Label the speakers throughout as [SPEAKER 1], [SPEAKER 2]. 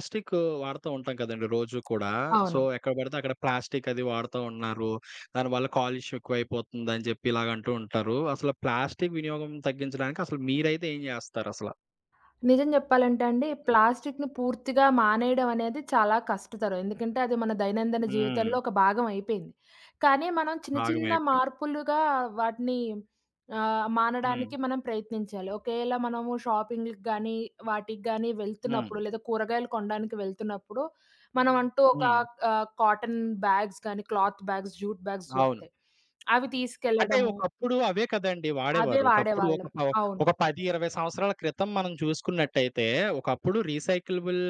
[SPEAKER 1] Plastic వాడుతూ ఉంటాం కదండీ రోజు కూడా. సో,
[SPEAKER 2] అవును.
[SPEAKER 1] ఎక్కడ పడితే అక్కడ ప్లాస్టిక్ అది వాడుతా ఉన్నారు. దానివల్ల కాలుష్యం ఎక్కువైపోతుందని చెప్పి ఇలాగ అంటూ ఉంటారు. అసలు ప్లాస్టిక్ వినియోగం తగ్గించడానికి అసలు మీరైతే ఏం జేస్తారసల?
[SPEAKER 2] నిజం జెప్పాలంటే అండి, ప్లాస్టిక్‌ని పూర్తిగా మానేయడం అనేది చాలా కష్టతరం. ఎందుకంటే, అది మన దైనందిన
[SPEAKER 1] హ్మ్.
[SPEAKER 2] జీవితంలో ఒక భాగం అయిపోయింది. కానీ, మనం చిన్న చిన్న
[SPEAKER 1] భాగమైపోయింది.
[SPEAKER 2] మార్పులుగా వాటిని
[SPEAKER 1] హ్మ్.
[SPEAKER 2] మానడానికి మనం ప్రయత్నించాలి. ఒకేలా మనము షాపింగ్‌లకి గానీ, వాటికి గానీ
[SPEAKER 1] హ్మ్.
[SPEAKER 2] వెళ్తున్నప్పుడు, లేదా కూరగాయలు కొనడానికి వెళ్తున్నప్పుడు, మనం అంటూ ఒక
[SPEAKER 1] హ్మ్.
[SPEAKER 2] కాటన్ బ్యాగ్స్ గానీ, క్లాత్ బ్యాగ్స్, జూట్ బ్యాగ్స్
[SPEAKER 1] అవును.
[SPEAKER 2] దొరుకుతాయి. అవి
[SPEAKER 1] అంటే
[SPEAKER 2] తీసుకెళ్లడము,
[SPEAKER 1] ఒకప్పుడు అవే కదండీ
[SPEAKER 2] అవే
[SPEAKER 1] వాడేవారు. ఒకప్పుడు
[SPEAKER 2] వాడేవాళ్ళం. అవును.
[SPEAKER 1] ఒక 10, 20 సంవత్సరాల క్రితం మనం చూసుకున్నట్టయితే, ఒకప్పుడు రీసైకిలబుల్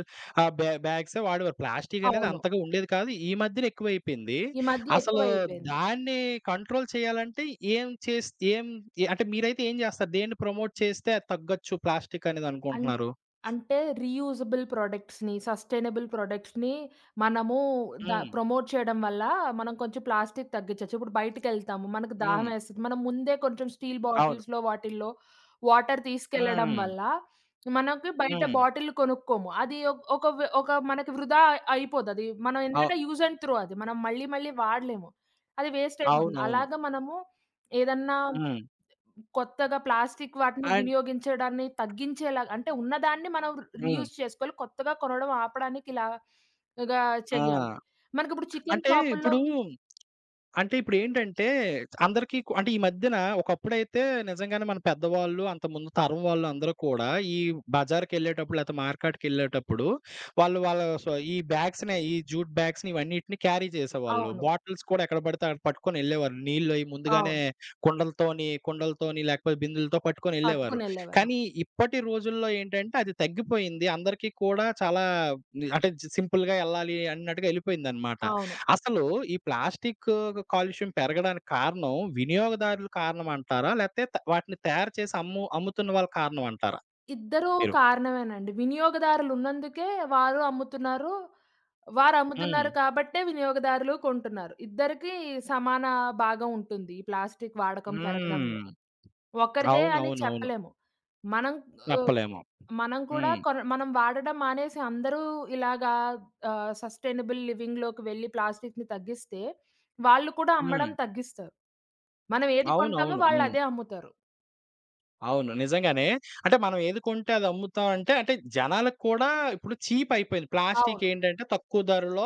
[SPEAKER 1] బ్యాగ్సే వాడేవారు. ప్లాస్టిక్ అనేది
[SPEAKER 2] అవును.
[SPEAKER 1] అంతగా ఉండేది కాదు. ఈ మధ్యన ఎక్కువైపోయింది.
[SPEAKER 2] ఈ మధ్య
[SPEAKER 1] అసలు
[SPEAKER 2] ఎక్కువైపోయింది.
[SPEAKER 1] దాన్ని కంట్రోల్ చేయాలంటే ఏం చేస్ ఏం ఏ- అంటే మీరైతే ఏం చేస్తారు? దేన్ని ప్రమోట్ చేస్తే అది తగ్గొచ్చు ప్లాస్టిక్ అనేది
[SPEAKER 2] అన్
[SPEAKER 1] అనుకుంటున్నారు?
[SPEAKER 2] అంటే రీయూజబుల్ ప్రొడక్ట్స్‌ని, సస్టైనబుల్ ప్రొడక్ట్స్‌ని మనము
[SPEAKER 1] హ్మ్.
[SPEAKER 2] ప్రమోట్ చేయడం వల్ల మనం కొంచెం ప్లాస్టిక్ తగ్గించొచ్చు. ఇప్పుడు బయటికెళ్తాము, మనకు దాహం
[SPEAKER 1] హ్మ్.
[SPEAKER 2] వేస్తది. మనం ముందే కొంచెం స్టీల్
[SPEAKER 1] అవును.
[SPEAKER 2] బాటిల్స్‌లో వాటిల్లో వాటర్ తీసుకెళ్లడం
[SPEAKER 1] హ్మ్.
[SPEAKER 2] వల్ల మనకి బయట
[SPEAKER 1] హ్మ్.
[SPEAKER 2] బాటిల్ కొనుక్కోము. అది ఒక్ ఒక వ్ ఒక మనకి వృధా అయిపోతది. మనం
[SPEAKER 1] అవ్
[SPEAKER 2] ఎందుకంటే యూజ్ అండ్ త్రో అది. మనం మళ్ళీ మళ్ళీ వాడలేము. అది వేస్ట్ అయిపోతుంది.
[SPEAKER 1] అవునవును.
[SPEAKER 2] అలాగా మనము ఏదన్నా
[SPEAKER 1] హ్మ్.
[SPEAKER 2] కొత్తగా ప్లాస్టిక్ వాటిని
[SPEAKER 1] అండ్
[SPEAKER 2] వినియోగించడాన్ని తగ్గించేలా అంటే ఉన్నదాన్ని మనం
[SPEAKER 1] హ్మ్.
[SPEAKER 2] రీయూజ్ చేసుకోవాలి. కొత్తగా కొనడం ఆపడానికి ఇలాగా
[SPEAKER 1] ఆ!
[SPEAKER 2] చెయ్యాలి. మనకిప్పుడు చికెన్
[SPEAKER 1] అంటే
[SPEAKER 2] షాపుల్లో
[SPEAKER 1] ఇప్పుడు అంటే ఇప్పుడేంటంటే, అందరికీ అంటే ఈ మధ్యన ఒకప్పుడైతే నిజంగానే మన పెద్దవాళ్ళు, అంత ముందు తరం వాళ్ళు అందరూ కూడా ఈ బజార్‌కెళ్ళేటప్పుడు, లేతే మార్కెట్‌కెళ్ళేటప్పుడు వాళ్ళ సో ఈ బ్యాగ్స్‌నే ఈ జూట్ బ్యాగ్స్‌ని ఇవన్నిటిని క్యారీ చేసేవాళ్ళు.
[SPEAKER 2] అవును.
[SPEAKER 1] బాటిల్స్ కూడా ఎక్కడ పడితే అక్కడ పట్టుకొనెళ్ళేవారు. నీళ్ళయి ముందుగానే
[SPEAKER 2] అవును.
[SPEAKER 1] కుండలతోని లేకపోతే బిందెలతో పట్టుకొనెళ్ళేవారు.
[SPEAKER 2] పట్టుకొనెళ్ళేవారు.
[SPEAKER 1] కానీ ఇప్పటి రోజుల్లో ఏంటంటే అది తగ్గిపోయింది. అందరికీ కూడా చాలా అంటే సింపుల్‌గా ఎళ్ళాలి అన్నట్టుగా ఎళ్ళిపోయిందనమాట.
[SPEAKER 2] అవును.
[SPEAKER 1] అసలు ఈ ప్లాస్టిక్ కాలుష్యం పెరగడానికి కారణం వినియోగదారులు కారణం అంటారా? లేతే వాటిని తయారు చేసి అమ్ముతున్న వాళ్ళు కారణం అంటారా
[SPEAKER 2] ఇద్దరూ
[SPEAKER 1] మీరు?
[SPEAKER 2] కారణమేనండి. వినియోగదారులు ఉన్నందుకే వారు అమ్ముతున్నారు. వారు
[SPEAKER 1] హ్మ్.
[SPEAKER 2] అమ్ముతున్నారు కాబట్టే వినియోగదారులు కొంటున్నారు. ఇద్దరికీ సమాన భాగం ఉంటుంది ఈ ప్లాస్టిక్ వాడకం
[SPEAKER 1] హ్మ్.
[SPEAKER 2] పెరగడంలో. ఒకరిదే అని
[SPEAKER 1] అవునవునవును.
[SPEAKER 2] చెప్పలేము. మనం ఆహ్,
[SPEAKER 1] చెప్పలేము.
[SPEAKER 2] మనం కూడా
[SPEAKER 1] హ్మ్.
[SPEAKER 2] కొన మనం వాడడం మానేసి అందరూ ఇలాగా సస్టైనబుల్ లివింగ్‌లోకి వెళ్లి ప్లాస్టిక్‌ని తగ్గిస్తే, వాళ్ళు కూడా
[SPEAKER 1] హ్మ్.
[SPEAKER 2] అమ్మడం తగ్గిస్తారు. మనం ఏది కొంటామో
[SPEAKER 1] అవునవును.
[SPEAKER 2] వాళ్ళు
[SPEAKER 1] హ్మ్.
[SPEAKER 2] అదే అమ్ముతారు.
[SPEAKER 1] అవును. నిజంగానే. అంటే మనం ఏది కొంటే అది అమ్ముతాం అంటే, అంటే జనాలకు కూడా ఇప్పుడు చీప్ అయిపోయింది. ప్లాస్టిక్
[SPEAKER 2] అవును.
[SPEAKER 1] ఏంటంటే తక్కువ ధరలో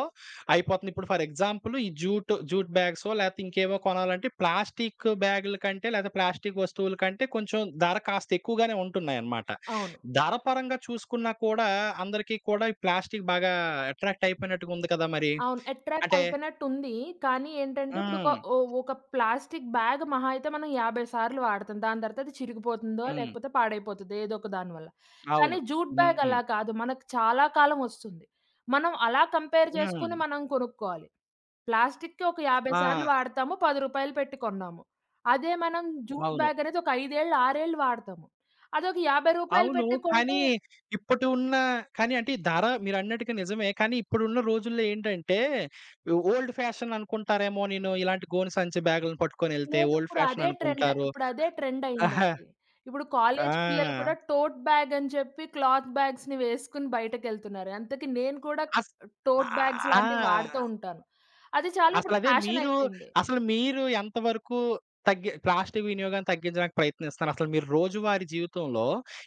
[SPEAKER 1] అయిపోతుంది. ఇప్పుడు ఫర్ ఎగ్జాంపుల్ ఈ జూట్ బ్యాగ్సో లేకపోతే ఇంకేవో కొనాలంటే ప్లాస్టిక్ బ్యాగుల కంటే లేదా ప్లాస్టిక్ వస్తువుల కంటే కొంచెం ధర కాస్త ఎక్కువగానే ఉంటున్నాయన్నమాట.
[SPEAKER 2] అవును.
[SPEAKER 1] ధర పరంగా చూసుకున్నా కూడా అందరికీ కూడా ఈ ప్లాస్టిక్ బాగా అట్రాక్ట్ అయిపోయినట్టుగా ఉంది కదా మరి.
[SPEAKER 2] అవును. అట్రాక్ట్
[SPEAKER 1] అంటే
[SPEAKER 2] అయిపోయినట్టుంది. కానీ ఏంటంటే ఇప్పుడు
[SPEAKER 1] హ్మ్.
[SPEAKER 2] ఒక ప్లాస్టిక్ బ్యాగ్ మహా అయితే మనం 50 సార్లు వాడతాం. దాని తర్వాత అది చిరిగిపోతుందో,
[SPEAKER 1] హ్మ్.
[SPEAKER 2] లేకపోతే పాడైపోతదో ఏదో ఒక దాని వల్ల.
[SPEAKER 1] అవును.
[SPEAKER 2] కానీ జూట్ బ్యాగ్
[SPEAKER 1] హ్మ్.
[SPEAKER 2] అలా కాదు. మనకు చాలా కాలం వస్తుంది. మనం అలా కంపేర్
[SPEAKER 1] హ్మ్.
[SPEAKER 2] చేసుకొని మనం కొనుక్కోవాలి. ప్లాస్టిక్‌కి ఒక 50
[SPEAKER 1] ఆ!
[SPEAKER 2] సార్లు వాడతాము. రూ. 10 పెట్టి కొన్నాము. అదే మనం జూట్
[SPEAKER 1] అవును.
[SPEAKER 2] బ్యాగ్ అనేది ఒక 5 ఏళ్ళు, 6 ఏళ్ళు వాడతాము. అదొక రూ. 50
[SPEAKER 1] అవును.
[SPEAKER 2] పెట్టి
[SPEAKER 1] కానీ
[SPEAKER 2] కొంటే
[SPEAKER 1] ఇప్పటి ఉన్న కానీ అంటే ఈ ధర మీరన్నట్టుగా నిజమే. కానీ ఇప్పుడున్న రోజుల్లో ఏంటంటే ఓల్డ్ ఫ్యాషన్ అనుకుంటారేమో నేను ఇలాంటి గోను సంచి బ్యాగులను పట్టుకొనెళ్తే
[SPEAKER 2] లేదు.
[SPEAKER 1] ఓల్డ్ ఫ్యాషన్ అనుకుంటారు.
[SPEAKER 2] ఇప్పుడు అదే ట్రెండ్
[SPEAKER 1] ఆహా!
[SPEAKER 2] అయిందండి. ఇప్పుడు కాలేజీ పిల్లలు
[SPEAKER 1] ఆ!
[SPEAKER 2] కూడా టోట్ బ్యాగ్ అని చెప్పి క్లాత్ బ్యాగ్స్‌ని వేసుకొని బయటకెళ్తున్నారు. అంతకి నేను కూడా
[SPEAKER 1] అస్
[SPEAKER 2] టోట్ బ్యాగ్స్ లాంటివి వాడుతూ
[SPEAKER 1] ఆ!
[SPEAKER 2] ఉంటాను. అది చాలా ఇప్పుడు
[SPEAKER 1] అసలదే
[SPEAKER 2] ఫ్యాషన్
[SPEAKER 1] మీరు
[SPEAKER 2] అయిపోయింది.
[SPEAKER 1] అసలు మీరు ఎంత వరకు ప్లాస్టిక్ వినియోగాన్ని తగ్గించడానికి ప్రయత్నిస్తున్నారు? అసలు మీరు రోజువారీ జీవితంలో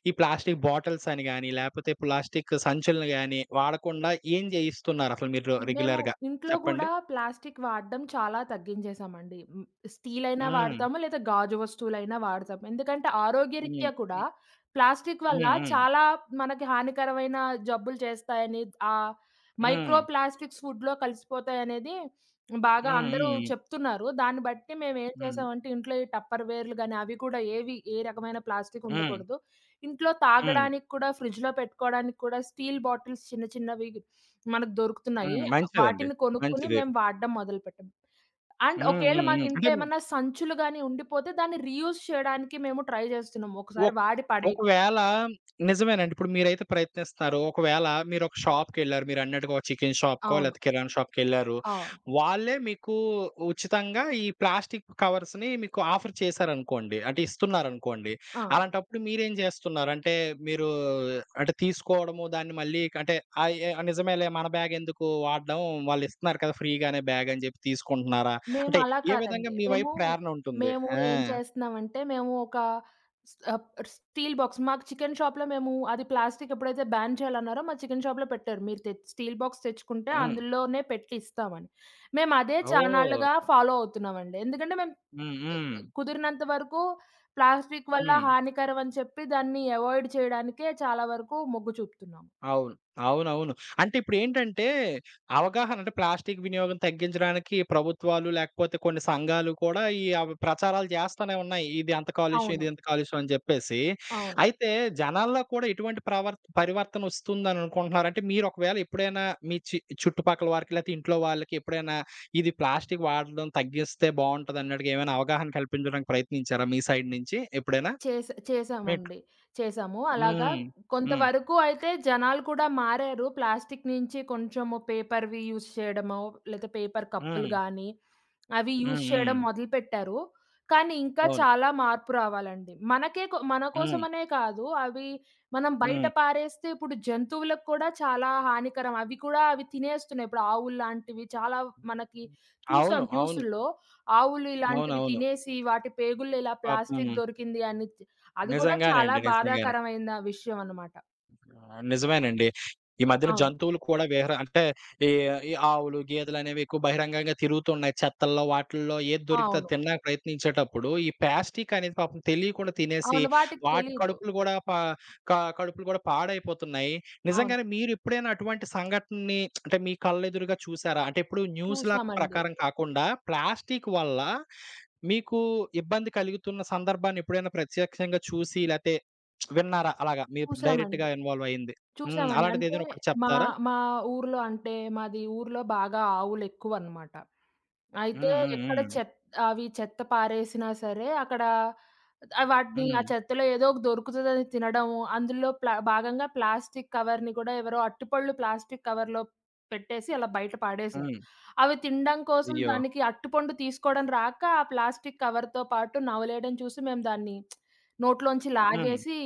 [SPEAKER 1] ఈ ప్లాస్టిక్ బాటిల్స్ అని గాని, లేపోతే ప్లాస్టిక్ సంచులను గాని వాడకుండా ఏం జేయిస్తున్నారు అసలు మీరు
[SPEAKER 2] మేము
[SPEAKER 1] రెగ్యులర్‌గా
[SPEAKER 2] ఇంట్లో గూడా
[SPEAKER 1] చెప్పండి?
[SPEAKER 2] ప్లాస్టిక్ వాడడం చాలా తగ్గించేసామండి. స్టీలయినా
[SPEAKER 1] హ్మ్.
[SPEAKER 2] వాడతాము, లేదా గాజు వస్తువులైనా వాడతాము. ఎందుకంటే
[SPEAKER 1] హ్మ్.
[SPEAKER 2] ఆరోగ్యరీత్యా కూడా ప్లాస్టిక్ వల్ల
[SPEAKER 1] హ్మ్. హ్మ్.
[SPEAKER 2] చాలా మనకి హానికరమైన జబ్బులు చేస్తాయని, ఆహ్,
[SPEAKER 1] హ్మ్.
[SPEAKER 2] మైక్రో ప్లాస్టిక్స్ ఫుడ్‌లో కలిసిపోతాయనేది బాగా
[SPEAKER 1] హ్మ్.
[SPEAKER 2] అందరూ
[SPEAKER 1] హ్మ్.
[SPEAKER 2] చెప్తున్నారు. దాన్ని బట్టి మేమేం
[SPEAKER 1] హ్మ్.
[SPEAKER 2] చేసామంటే ఇంట్లో ఈ టప్పర్ వేర్‌లు గాని, అవి కూడా ఏవి ఏ రకమైన ప్లాస్టిక్
[SPEAKER 1] హ్మ్.
[SPEAKER 2] ఉండకూడదు. ఇంట్లో
[SPEAKER 1] హ్మ్.
[SPEAKER 2] తాగడానికి కూడా ఫ్రిడ్జ్‌లో పెట్టుకోవడానికి కూడా స్టీల్ బాటిల్స్ చిన్న చిన్నవి మనకు దొరుకుతున్నాయి.
[SPEAKER 1] హ్మ్. మంచిదండి.
[SPEAKER 2] వాటిని కొనుక్కొని
[SPEAKER 1] మంచిది.
[SPEAKER 2] మేము వాడడం మొదలుపెట్టాం. అండ్
[SPEAKER 1] హ్మ్.
[SPEAKER 2] ఒకవేళ
[SPEAKER 1] హ్మ్.
[SPEAKER 2] మాకు
[SPEAKER 1] హ్మ్. అంటే
[SPEAKER 2] ఇంట్లో ఏమన్నా సంచులు గాని ఉండిపోతే దాన్ని రీయూజ్ చేయడానికి మేము ట్రై చేస్తున్నాం. ఒకసారి
[SPEAKER 1] ఒక్
[SPEAKER 2] వాడి పడేయకు
[SPEAKER 1] ఒకవేళ నిజమేనండి. ఇప్పుడు మీరైతే ప్రయత్నిస్తున్నారు. ఒకవేళ మీరొక షాప్‌కెళ్లారు. మీరన్నట్టుగా ఒక షాప్ కి వెళ్ళారు, మీరు అన్నట్టుగా చికెన్ షాప్‌కో,
[SPEAKER 2] అవును.
[SPEAKER 1] లేతే కిరాణా షాప్‌కెళ్లారు.
[SPEAKER 2] అవును.
[SPEAKER 1] వాళ్ళే మీకు ఉచితంగా ఈ ప్లాస్టిక్ కవర్స్‌ని మీకు ఆఫర్ చేశారనుకోండి. అంటే ఇస్తున్నారనుకోండి.
[SPEAKER 2] ఆ!
[SPEAKER 1] అలాంటప్పుడు మీరేం జేస్తున్నారు? అంటే మీరు అంటే తీసుకోవడము, దాన్ని మళ్ళీ అంటే నిజమేలే మన బ్యాగెందుకు వాడడం, వాళ్ళిస్తున్నారు కదా! ఫ్రీగానే బ్యాగ్ అని జెప్పి తీసుకుంటున్నారా?
[SPEAKER 2] మేము
[SPEAKER 1] అంటే
[SPEAKER 2] అలా
[SPEAKER 1] ఏ విధంగా
[SPEAKER 2] కాదండి.
[SPEAKER 1] మీ వైపు
[SPEAKER 2] మేము,
[SPEAKER 1] ప్రేరణ ఉంటుంది?
[SPEAKER 2] మేము
[SPEAKER 1] ఆ!
[SPEAKER 2] ఏం చేస్తున్నామంటే మేము ఒక స్ ఆహ్, స్టీల్ బాక్స్ మాకు చికెన్ షాప్‌లో మేము అది ప్లాస్టిక్ ఎప్పుడైతే బ్యాన్ చేయాలన్నారో మా చికెన్ షాప్‌లో పెట్టారు. మీరు తె స్టీల్ బాక్స్ తెచ్చుకుంటే
[SPEAKER 1] హ్మ్.
[SPEAKER 2] అందులోనే పెట్టి ఇస్తామని. మేము అదే
[SPEAKER 1] ఓహ్!
[SPEAKER 2] చానాళ్లుగా ఫాలో అవుతున్నామండి. ఎందుకంటే మేము
[SPEAKER 1] హ్మ్. హ్మ్.
[SPEAKER 2] కుదిరినంత వరకు ప్లాస్టిక్ వల్ల
[SPEAKER 1] హ్మ్.
[SPEAKER 2] హానికరం అని చెప్పి దాన్ని అవాయిడ్ చేయడానికే చాలా వరకు మొగ్గు చూపుతున్నాం.
[SPEAKER 1] అవును. అవునవును. అంటే ఇప్పుడేంటంటే, అవగాహన అంటే ప్లాస్టిక్ వినియోగం తగ్గించడానికి ప్రభుత్వాలు లేకపోతే కొన్ని సంఘాలు కూడా ఈ అవి ప్రచారాలు చేస్తానే ఉన్నాయి. ఇది అంత కాలుష్యం, ఇది
[SPEAKER 2] అవును.
[SPEAKER 1] ఇంత కాలుష్యం అని చెప్పేసి.
[SPEAKER 2] అవును.
[SPEAKER 1] అయితే జనాల్లో కూడా ఎటువంటి పరివర్తన వస్తుందని అనుకుంటున్నారు? అంటే మీరు ఒకవేళ ఎప్పుడైనా మీ చుట్టుపక్కల వారికి లేకపోతే ఇంట్లో వాళ్ళకి ఎప్పుడైనా ఇది ప్లాస్టిక్ వాడడం తగ్గిస్తే బావుంటది అన్నట్టుగా ఏమైనా అవగాహన కల్పించడానికి ప్రయత్నించారా మీ సైడ్ నుంచి ఎప్పుడైనా? మీట్
[SPEAKER 2] చేశామండి. చేశాము. ఓకే. అలాగా
[SPEAKER 1] హ్మ్. హ్మ్.
[SPEAKER 2] కొంతవరకు అయితే జనాలు కూడా మారారు. ప్లాస్టిక్ నుంచి కొంచెము పేపర్‌వి యూజ్ చేయడమో, లేతే పేపర్ కప్పులు
[SPEAKER 1] హ్మ్.
[SPEAKER 2] గానీ, అవి
[SPEAKER 1] హ్మ్.
[SPEAKER 2] యూజ్
[SPEAKER 1] హ్మ్.
[SPEAKER 2] చేయడం మొదలుపెట్టారు. కానీ ఇంకా
[SPEAKER 1] అవును.
[SPEAKER 2] చాలా మార్పు రావాలండి. మనకే కొ మన
[SPEAKER 1] హ్మ్.
[SPEAKER 2] కోసమనే కాదు, అవి మనం బయట
[SPEAKER 1] హ్మ్.
[SPEAKER 2] పారేస్తే ఇప్పుడు జంతువులకు కూడా చాలా హానికరం. అవి కూడా అవి తినేస్తున్నాయి. ఇప్పుడు ఆవుల్లాంటివి చాలా మనకి
[SPEAKER 1] అవును.
[SPEAKER 2] చూసాం
[SPEAKER 1] అవును.
[SPEAKER 2] న్యూసుల్లో. ఆవులు ఇలాంటివి
[SPEAKER 1] అవునవును.
[SPEAKER 2] తినేసి వాటి పేగుల్లో ఇలా
[SPEAKER 1] పాపం
[SPEAKER 2] ప్లాస్టిక్ దొరికింది అని అది గూడా చాలా
[SPEAKER 1] నిజంగానండి. నిజంగానే.
[SPEAKER 2] బాధాకరమైన విషయం అనమాట.
[SPEAKER 1] ఆ! నిజమేనండి. ఈ మధ్యన
[SPEAKER 2] అవును.
[SPEAKER 1] జంతువులు కూడా అంటే ఈ ఈ ఆవులు, గేదెలనేవి ఎక్కువ బహిరంగంగా తిరుగుతున్నాయి. చెత్తల్లో వాటిల్లో ఏది దొరికితే అది
[SPEAKER 2] అవును.
[SPEAKER 1] తినడానికి ప్రయత్నించేటప్పుడు, ఈ ప్లాస్టిక్ అనేది పాపం తెలియకుండా తినేసి,
[SPEAKER 2] అవును. వాటికి
[SPEAKER 1] వాటి
[SPEAKER 2] తెలీదు.
[SPEAKER 1] కడుపులు గూడా పా క కడుపులు గూడా పాడైపోతున్నాయి.
[SPEAKER 2] అవును.
[SPEAKER 1] నిజంగానే మీరెప్పుడైనా అటువంటి సంఘటనని అంటే మీ కళ్ళెదురుగా చూసారా? అంటే ఇప్పుడు న్యూస్‌ల
[SPEAKER 2] చూసామండి.
[SPEAKER 1] ప్రకారం కాకుండా ప్లాస్టిక్ వల్ల మీకు ఇబ్బంది కలుగుతున్న సందర్భాన్ని ఎప్పుడైనా ప్రత్యక్షంగా చూసి లేతే విన్నారా? అలాగా మీరు
[SPEAKER 2] చూసామండి.
[SPEAKER 1] డైరెక్ట్‌గా ఇన్వాల్వ్ అయింది. హ్మ్.
[SPEAKER 2] చూసామండి.
[SPEAKER 1] అలాంటిది
[SPEAKER 2] అంటే
[SPEAKER 1] ఏదైనా ఒకటి
[SPEAKER 2] మా
[SPEAKER 1] చెప్తారా?
[SPEAKER 2] మా ఊర్లో అంటే మాది ఊర్లో బాగా ఆవులెక్కువనమాట. అయితే
[SPEAKER 1] హ్మ్. హ్మ్.
[SPEAKER 2] ఎక్కడ
[SPEAKER 1] హ్మ్.
[SPEAKER 2] చెత్ అవి చెత్త పారేసినా సరే, అక్కడ వాటిని ఆ
[SPEAKER 1] హ్మ్.
[SPEAKER 2] చెత్తలో ఏదో ఒక దొరుకుతదని తినడము, అందులో భాగంగా ప్లాస్టిక్ కవర్‌ని కూడా ఎవరో అరటిపళ్ళు ప్లాస్టిక్ కవర్‌లో పెట్టేసి అలా బయట పాడేశారు.
[SPEAKER 1] హ్మ్.
[SPEAKER 2] అవి తినడం కోసం
[SPEAKER 1] అయ్యో!
[SPEAKER 2] దానికి అరటిపండు తీసుకోవడం రాక, ఆ ప్లాస్టిక్ కవర్‌తో పాటు నవలేయడం చూసి మేము దాన్ని నోట్లోంచి
[SPEAKER 1] హ్మ్.
[SPEAKER 2] లాగేసి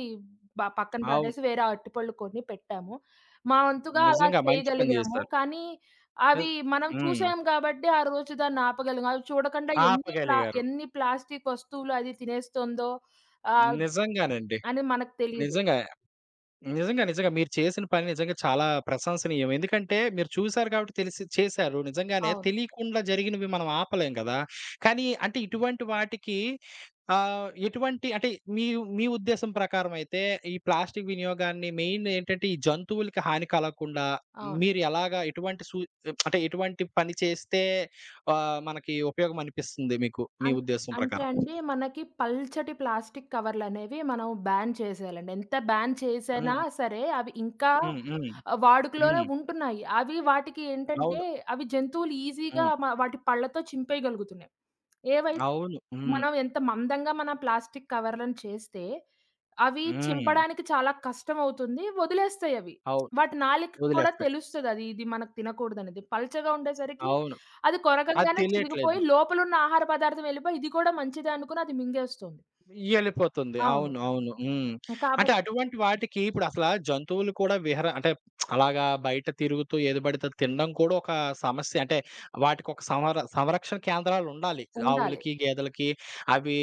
[SPEAKER 2] పక్కన
[SPEAKER 1] అవును.
[SPEAKER 2] పడేసి వేరే అరటిపళ్ళు కొని పెట్టాము. మా వంతుగా అలా
[SPEAKER 1] నిజంగా మంచి పని
[SPEAKER 2] చేయగలిగాము.
[SPEAKER 1] చేశారు.
[SPEAKER 2] కానీ అవి
[SPEAKER 1] నిజ్
[SPEAKER 2] మనం
[SPEAKER 1] హ్మ్.
[SPEAKER 2] చూసాం గాబట్టి, ఆ రోజు దాన్నాపగలిగాం. అవి చూడకుండా
[SPEAKER 1] ఆపగలిగారు.
[SPEAKER 2] ఎన్ని ప్లాస్టిక్ వస్తువులు అది తినేస్తోందో ఆహ్,
[SPEAKER 1] నిజంగానండి.
[SPEAKER 2] అని మనకు తెలీదు.
[SPEAKER 1] నిజంగా. నిజంగా, నిజంగా మీరు చేసిన పని నిజంగా చాలా ప్రశంసనీయం. ఎందుకంటే మీరు చూసారు కాబట్టి తెలిసి చేశారు. నిజంగానే
[SPEAKER 2] అవును.
[SPEAKER 1] తెలియకుండా జరిగినవి మనం ఆపలేం కదా! కానీ అంటే ఇటువంటి వాటికి ఎటువంటి అంటే మీ మీ ఉద్దేశం ప్రకారం అయితే ఈ ప్లాస్టిక్ వినియోగాన్ని మెయిన్ ఏంటంటే ఈ జంతువులకి హాని కలగకుండా
[SPEAKER 2] అవును.
[SPEAKER 1] మీరు ఎలాగా ఎటువంటి అంటే ఎటువంటి పని చేస్తే మనకి ఉపయోగం అనిపిస్తుంది మీకు మీ
[SPEAKER 2] అన్
[SPEAKER 1] ఉద్దేశం
[SPEAKER 2] అంటే
[SPEAKER 1] ప్రకారం?
[SPEAKER 2] అండి, మనకి పల్చటి ప్లాస్టిక్ కవర్‌లనేవి మనం బ్యాన్ చేసేయాలండి. ఎంత బ్యాన్ చేసినా
[SPEAKER 1] హ్మ్.
[SPEAKER 2] సరే, అవి ఇంకా
[SPEAKER 1] హ్మ్. హ్మ్.
[SPEAKER 2] వాడుకలోనే
[SPEAKER 1] హ్మ్.
[SPEAKER 2] ఉంటున్నాయి. అవి వాటికి ఏంటంటే,
[SPEAKER 1] అవును.
[SPEAKER 2] అవి జంతువులు ఈజీగా
[SPEAKER 1] హ్మ్.
[SPEAKER 2] వాటి పళ్ళతో చింపేయగలుగుతున్నాయి. ఏవై
[SPEAKER 1] అవును. హ్మ్.
[SPEAKER 2] మనం ఎంత మందంగా మన ప్లాస్టిక్ కవర్లను చేస్తే, అవి
[SPEAKER 1] హ్మ్.
[SPEAKER 2] చింపడానికి చాలా కష్టమవుతుంది. వదిలేస్తాయి అవి.
[SPEAKER 1] అవును.
[SPEAKER 2] వాటి నాలుకకి కూడా
[SPEAKER 1] వదిలేస్తాయి.
[SPEAKER 2] తెలుస్తది అది ఇది మనకు తినకూడదనేది. పల్చగా ఉండేసరికి
[SPEAKER 1] అవును.
[SPEAKER 2] అది
[SPEAKER 1] అది
[SPEAKER 2] కొరకంగానే చిరిగిపోయి
[SPEAKER 1] తెలియట్లేదు.
[SPEAKER 2] లోపలున్న ఆహార పదార్థం వెళ్ళిపోయి ఇది కూడా మంచిదే అనుకుని అది మింగేస్తుంది.
[SPEAKER 1] ఎళ్ళిపోతుంది.
[SPEAKER 2] అవును.
[SPEAKER 1] అవును. అవును. హ్మ్. అంటే
[SPEAKER 2] కాబట్టి
[SPEAKER 1] అటువంటి వాటికి ఇప్పుడసలా జంతువులు కూడా అంటే అలాగా బయట తిరుగుతూ ఏది పడితే అది తినడం కూడా ఒక సమస్య. అంటే వాటికొక సంరక్షణ కేంద్రాలుండాలి.
[SPEAKER 2] ఉండాలి.
[SPEAKER 1] ఆవులకి, గేదెలకి అవి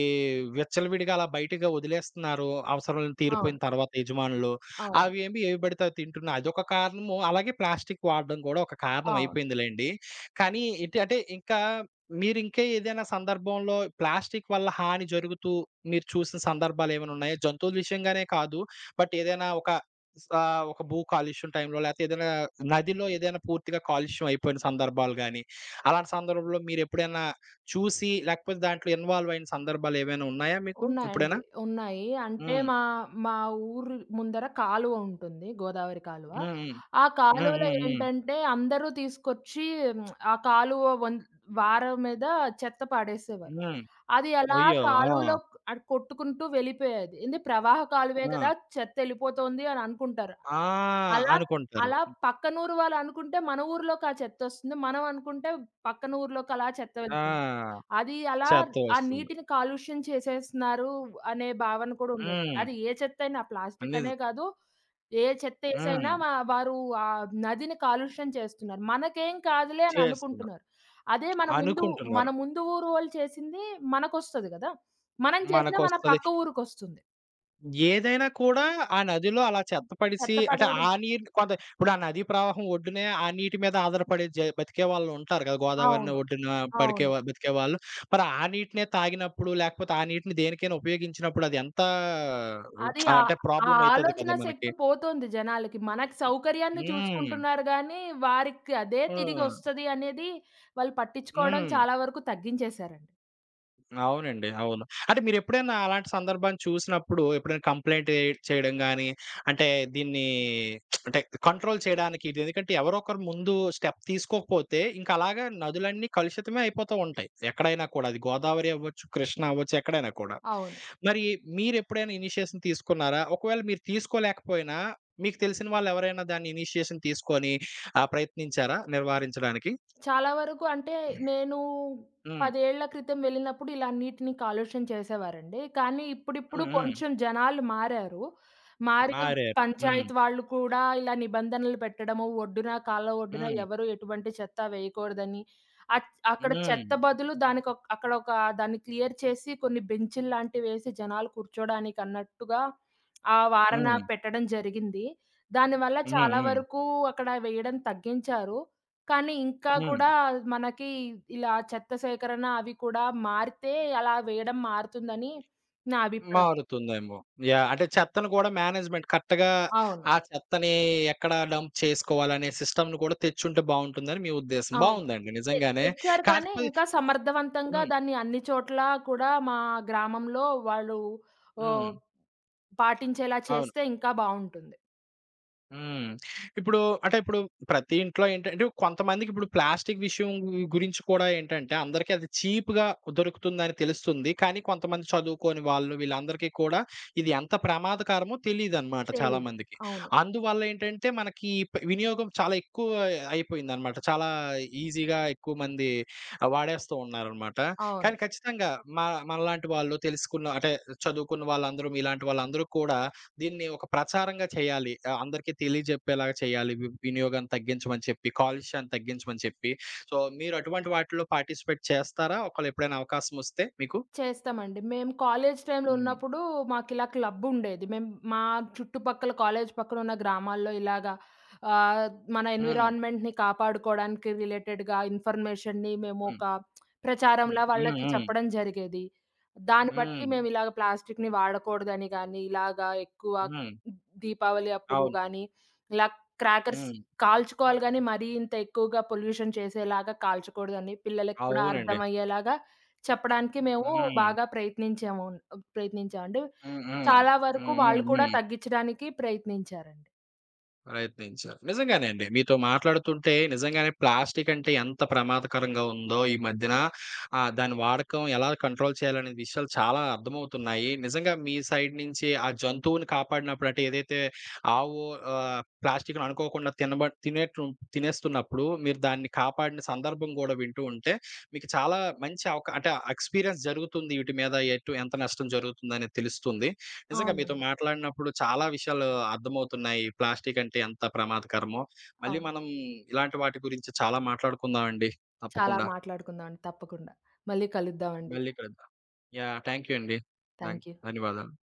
[SPEAKER 1] విచ్చలవిడిగా అలా బయటగా వదిలేస్తున్నారు. అవసరం లేని తీరిపోయిన
[SPEAKER 2] అవును.
[SPEAKER 1] తర్వాత యజమానులు.
[SPEAKER 2] అవును.
[SPEAKER 1] అవేమి ఏవి పడితే అవి తింటున్నాయి. అదొక కారణము. అలాగే ప్లాస్టిక్ వాడడం కూడా ఒక కారణం
[SPEAKER 2] అవును.
[SPEAKER 1] అయిపోయిందిలెండి. కానీ ఏంటి అంటే ఇంకా మీరింకా ఏదైనా సందర్భంలో ప్లాస్టిక్ వల్ల హాని జరుగుతూ మీరు చూసిన సందర్భాలేమైనా ఉన్నాయా? జంతువుల విషయంగానే కాదు. బట్ ఏదైనా ఒక ఒక భూ కాలుష్యం టైంలో లేతే ఏదైనా నదిలో ఏదైనా పూర్తిగా కాలుష్యం అయిపోయిన సందర్భాలు గాని, అలాంటి సందర్భంలో మీరెప్పుడైనా చూసి లేకపోతే దాంట్లో ఇన్వాల్వ్ అయిన సందర్భాలేమైనా ఉన్నాయా మీకు ఎప్పుడైనా?
[SPEAKER 2] ఉన్నాయండి. ఉన్నాయి. అంటే
[SPEAKER 1] హ్మ్.
[SPEAKER 2] మా మా ఊరు ముందర కాలువ ఉంటుంది. గోదావరి కాలువ.
[SPEAKER 1] హ్మ్. హ్మ్.
[SPEAKER 2] ఆ
[SPEAKER 1] హ్మ్.
[SPEAKER 2] కాలువలో
[SPEAKER 1] హ్మ్. హ్మ్.
[SPEAKER 2] ఏంటంటే అందరూ తీసుకొచ్చి మ్, ఆ కాలువ వొన్ వార మీద చెత్త పడేసేవారు.
[SPEAKER 1] హ్మ్.
[SPEAKER 2] అది అలా
[SPEAKER 1] అయ్యో! ఆ!
[SPEAKER 2] కాలువలో అది కొట్టుకుంటూ వెళ్ళిపోయేది. ఏంది ప్రవాహ కాలువే
[SPEAKER 1] ఆ!
[SPEAKER 2] కదా! చెత్త ఎళ్ళిపోతోంది అని అనుకుంటారు.
[SPEAKER 1] ఆ!
[SPEAKER 2] అలా
[SPEAKER 1] అనుకుంటారు.
[SPEAKER 2] అలా పక్కనూరు వాళ్ళు అనుకుంటే మన ఊర్లోకి ఆ చెత్తొస్తుంది. మనం అనుకుంటే పక్కన ఊర్లోకి అలా చెత్త వెళ్తుంది.
[SPEAKER 1] ఆ!
[SPEAKER 2] అది అలా
[SPEAKER 1] చెత్త
[SPEAKER 2] ఆ
[SPEAKER 1] వస్తుంది.
[SPEAKER 2] నీటిని కాలుష్యం చేసేస్తున్నారు అనే భావన కూడా ఉండేది.
[SPEAKER 1] హ్మ్.
[SPEAKER 2] అది ఏ చెత్తయినా ప్లాస్టిక్
[SPEAKER 1] అన్ని
[SPEAKER 2] అనే కాదు. ఏ
[SPEAKER 1] హ్మ్.
[SPEAKER 2] చెత్తేసైనా వ వారు ఆ నదిని కాలుష్యం చేస్తున్నారు. మనకేం కాదులే అని
[SPEAKER 1] చేస్తున్నారు.
[SPEAKER 2] అనుకుంటున్నారు. అదే మన ముందు మన
[SPEAKER 1] అనుకుంటున్నారు.
[SPEAKER 2] ముందు ఊరు వాళ్ళు చేసింది మనకొస్తది గదా! మనం చేసినా మన
[SPEAKER 1] మనకొస్తది.
[SPEAKER 2] పక్క ఊరికొస్తుంది.
[SPEAKER 1] ఏదైనా కూడా ఆ నదిలో అలా చెత్త పడేసి
[SPEAKER 2] చెత్త
[SPEAKER 1] అంటే
[SPEAKER 2] పడేయడం
[SPEAKER 1] ఆ నీరు కొంత ఇప్పుడు ఆ నదీ ప్రవాహం ఒడ్డునే ఆ నీటి మీద ఆధారపడి బతికే వాళ్ళు ఉంటారు కదా! గోదావరిని
[SPEAKER 2] అవును.
[SPEAKER 1] ఒడ్డున పడికే
[SPEAKER 2] అవును.
[SPEAKER 1] వా బతికేవాళ్ళు. మరి ఆ నీటినే తాగినప్పుడు, లేకపోతే ఆ నీటిని దేనికైనా ఉపయోగించినప్పుడు అది ఎంత
[SPEAKER 2] అది
[SPEAKER 1] ఆ,
[SPEAKER 2] ఆ
[SPEAKER 1] అంటే
[SPEAKER 2] ఆ
[SPEAKER 1] ప్రాబ్లమ్ అయితది
[SPEAKER 2] ఆలోచన
[SPEAKER 1] కదా! మనకి.
[SPEAKER 2] శక్తి పోతుంది జనాలకి. మనకి సౌకర్యాన్ని
[SPEAKER 1] హ్మ్.
[SPEAKER 2] చూసుకుంటున్నారు గానీ, వారికి అదే
[SPEAKER 1] ఆ!
[SPEAKER 2] తిరిగొస్తది అనేది వాళ్ళు పట్టించుకోవడం
[SPEAKER 1] హ్మ్.
[SPEAKER 2] చాలా వరకు తగ్గించేశారండి.
[SPEAKER 1] అవునండి. అవును. అంటే మీరెప్పుడైనా అలాంటి సందర్భాన్ని చూసినప్పుడు ఎప్పుడైనా కంప్లెయింట్ చేయడం గాని, అంటే దీన్ని అంటే కంట్రోల్ చేయడానికి ఇది ఎందుకంటే ఎవరో ఒకరు ముందు స్టెప్ తీసుకోకపోతే ఇంకా అలాగా నదులన్నీ కలుషితమే అయిపోతూ ఉంటాయి. ఎక్కడైనా కూడా అది గోదావరి అవ్వచ్చు, కృష్ణ అవ్వచ్చు ఎక్కడైనా కూడా.
[SPEAKER 2] అవును.
[SPEAKER 1] మరి మీరెప్పుడైనా ఇనిషియేషన్ తీసుకున్నారా? ఒకవేళ మీరు తీసుకోలేకపోయినా మీకు తెలిసిన వాళ్ళెవరైనా దాన్ని ఇనిషియేషన్ తీసుకొని ప్రయత్నించారా నిర్వారించడానికి?
[SPEAKER 2] చాలా వరకు అంటే నేను
[SPEAKER 1] హ్మ్.
[SPEAKER 2] 10 ఏళ్ల క్రితం వెళ్ళినప్పుడు ఇలా అన్నిటిని కాలుష్యం చేసేవారండి. కానీ ఇప్పుడిప్పుడు
[SPEAKER 1] హ్మ్. హ్మ్.
[SPEAKER 2] కొంచెం జనాలు మారారు. మారి
[SPEAKER 1] మారారు. హ్మ్.
[SPEAKER 2] పంచాయతీ వాళ్ళు కూడా ఇలా నిబంధనలు పెట్టడము, కాలువ ఒడ్డున
[SPEAKER 1] హ్మ్.
[SPEAKER 2] ఎవరు ఎటువంటి చెత్త వేయకూడదని, అచ్ అక్కడ
[SPEAKER 1] హ్మ్.
[SPEAKER 2] చెత్త బదులు దానికొక్ అక్కడ ఒక దాన్ని క్లియర్ చేసి కొన్ని బెంచుల్లాంటివేసి జనాలు కూర్చోడానికి అన్నట్టుగా ఆ వారన
[SPEAKER 1] హ్మ్.
[SPEAKER 2] పెట్టడం జరిగింది. దానివల్ల
[SPEAKER 1] హ్మ్.
[SPEAKER 2] చాలా
[SPEAKER 1] హ్మ్.
[SPEAKER 2] వరకు అక్కడ వేయడం తగ్గించారు. కానీ ఇంకా
[SPEAKER 1] హ్మ్.
[SPEAKER 2] కూడా మనకి ఇలా చెత్త సేకరణ అవి కూడా మారితే అలా వేయడం మారుతుందని నా అభిప్రాయం.
[SPEAKER 1] మారుతుందేమో. యాహ్! అంటే చెత్తను గూడా మేనేజ్‌మెంట్ కరెక్ట్‌గా
[SPEAKER 2] అవును.
[SPEAKER 1] ఆ చెత్తని ఎక్కడ డంప్ చేసుకోవాలనే సిస్టమ్‌ని కూడా తెచ్చుంటే బావుంటుందని మీ ఉద్దేశం.
[SPEAKER 2] అవును.
[SPEAKER 1] బావుందండి నిజంగానే.
[SPEAKER 2] తెచ్చారు కానీ
[SPEAKER 1] కాకపోతే
[SPEAKER 2] ఇంకా సమర్థవంతంగా
[SPEAKER 1] హ్మ్.
[SPEAKER 2] దాన్ని అన్ని చోట్ల కూడా మా గ్రామంలో వాళ్ళు
[SPEAKER 1] హ్మ్.
[SPEAKER 2] ఓహ్, పాటించేలా
[SPEAKER 1] అవును.
[SPEAKER 2] చేస్తే ఇంకా బావుంటుంది.
[SPEAKER 1] హ్మ్. ఇప్పుడు అంటే ఇప్పుడు ప్రతి ఇంట్లో ఏంటంటే కొంతమందికి ఇప్పుడు ప్లాస్టిక్ విషయం గురించి కూడా ఏంటంటే అందరికీ అది చీప్‌గా దొరుకుతుందని తెలుస్తుంది. కానీ కొంతమంది చదువుకోని వాళ్ళు వీళ్ళందరికీ కూడా ఇది ఎంత ప్రమాదకరమో తెలీదనమాట
[SPEAKER 2] తెలీదు.
[SPEAKER 1] చాలామందికి.
[SPEAKER 2] అవును.
[SPEAKER 1] అందువల్ల ఏంటంటే మనకి ఈ ప వినియోగం చాలా ఎక్కువ అయిపోయిందనమాట. చాలా ఈజీగా ఎక్కువ మంది వాడేస్తూ ఉన్నారనమాట.
[SPEAKER 2] అవును.
[SPEAKER 1] కానీ ఖచ్చితంగా మ మనలాంటి వాళ్ళు తెలుసుకున్న అంటే చదువుకున్న వాళ్ళందరూ మీలాంటి వాళ్ళందరూ కూడా దీన్ని ఒక ప్రచారంగా చేయాలి. అందరికీ తెలియజెప్పేలాగా చేయాలి. వినియోగాన్ని తగ్గించమని చెప్పి, కాలుష్యాన్ని తగ్గించమని చెప్పి. సో, మీరు అటువంటి వాటిలో పార్టిసిపేట్ చేస్తారా? ఒకవేళ ఎప్పుడైనా అవకాశమొస్తే మీకు?
[SPEAKER 2] చేస్తామండి. మేము కాలేజీ టైమ్‌లో
[SPEAKER 1] హ్మ్.
[SPEAKER 2] ఉన్నప్పుడు మాకిలా క్లబ్ ఉండేది. మేము మా చుట్టుపక్కల కాలేజీ పక్కన ఉన్న గ్రామాల్లో ఇలాగా ఆహ్, మన
[SPEAKER 1] హ్మ్.
[SPEAKER 2] ఎన్విరాన్మెంట్‌ని కాపాడుకోవడానికి రిలేటెడ్‌గా ఇన్ఫర్మేషన్‌ని మేము
[SPEAKER 1] హ్మ్.
[SPEAKER 2] ఒక
[SPEAKER 1] హ్మ్.
[SPEAKER 2] ప్రచారంలా
[SPEAKER 1] హ్మ్.
[SPEAKER 2] వాళ్ళకి
[SPEAKER 1] హ్మ్.
[SPEAKER 2] చెప్పడం జరిగేది. దాన్ని బట్టి
[SPEAKER 1] హ్మ్.
[SPEAKER 2] మేము ఇలాగ ప్లాస్టిక్‌ని వాడకూడదని గాని, ఇలాగా ఎక్కువ
[SPEAKER 1] హ్మ్.
[SPEAKER 2] దీపావళి అప్పుడు
[SPEAKER 1] అవును.
[SPEAKER 2] గాని, ఇలా క్రాకర్స్
[SPEAKER 1] హ్మ్.
[SPEAKER 2] కాల్చుకోవాలి గాని, మరీ ఇంత ఎక్కువగా పొల్యూషన్ చేసేలాగా కాల్చకూడదని పిల్లలకి కూడా
[SPEAKER 1] అవునండి.
[SPEAKER 2] అర్థమయ్యేలాగా చెప్పడానికి మేము
[SPEAKER 1] హ్మ్.
[SPEAKER 2] బాగా ప్రయత్నించాము. ప్రయత్నించామండి.
[SPEAKER 1] హ్మ్. హ్మ్.
[SPEAKER 2] చాలా వరకు
[SPEAKER 1] హ్మ్. హ్మ్.
[SPEAKER 2] వాళ్ళు కూడా
[SPEAKER 1] హ్మ్.
[SPEAKER 2] తగ్గించడానికి ప్రయత్నించారండి.
[SPEAKER 1] ప్రయత్నించారు. నిజంగానే అండి. మీతో మాట్లాడుతుంటే నిజంగానే ప్లాస్టిక్ అంటే ఎంత ప్రమాదకరంగా ఉందో ఈ మధ్యన దాని వాడకం ఎలా కంట్రోల్ చేయాలనే విషయాలు చాలా అర్థమవుతున్నాయి. నిజంగా మీ సైడ్ నుంచి ఆ జంతువుని కాపాడినప్పుడు అంటే ఏదైతే ఆవు ప్లాస్టిక్‌ని అనుకోకుండా తినబ తినేటు తినేస్తున్నప్పుడు మీరు దాన్ని కాపాడిన సందర్భం గూడా వింటూ ఉంటే మీకు చాలా మంచి అంటే ఎక్స్‌పీరియన్స్ జరుగుతుంది వీటి మీద ఎంత నష్టం జరుగుతుందనేది తెలుస్తుంది. నిజంగా మీతో
[SPEAKER 2] అవునండి.
[SPEAKER 1] మాట్లాడినప్పుడు చాలా విషయాలు అర్థమవుతున్నాయి. ప్లాస్టిక్ అంటే ఎంత ప్రమాదకరమో. మళ్ళీ
[SPEAKER 2] అవును.
[SPEAKER 1] మనం ఇలాంటి వాటి గురించి చాలా మాట్లాడుకుందామండి
[SPEAKER 2] చాలా
[SPEAKER 1] తప్పకుండా.
[SPEAKER 2] మాట్లాడుకుందామండి. తప్పకుండా. మళ్ళీ కలుద్దామండి.
[SPEAKER 1] మళ్ళీ కలుద్దాం. యాహ్! థాంక్ యూ అండి. ధన్
[SPEAKER 2] థాంక్ యూ.
[SPEAKER 1] ధన్యవాదాలు.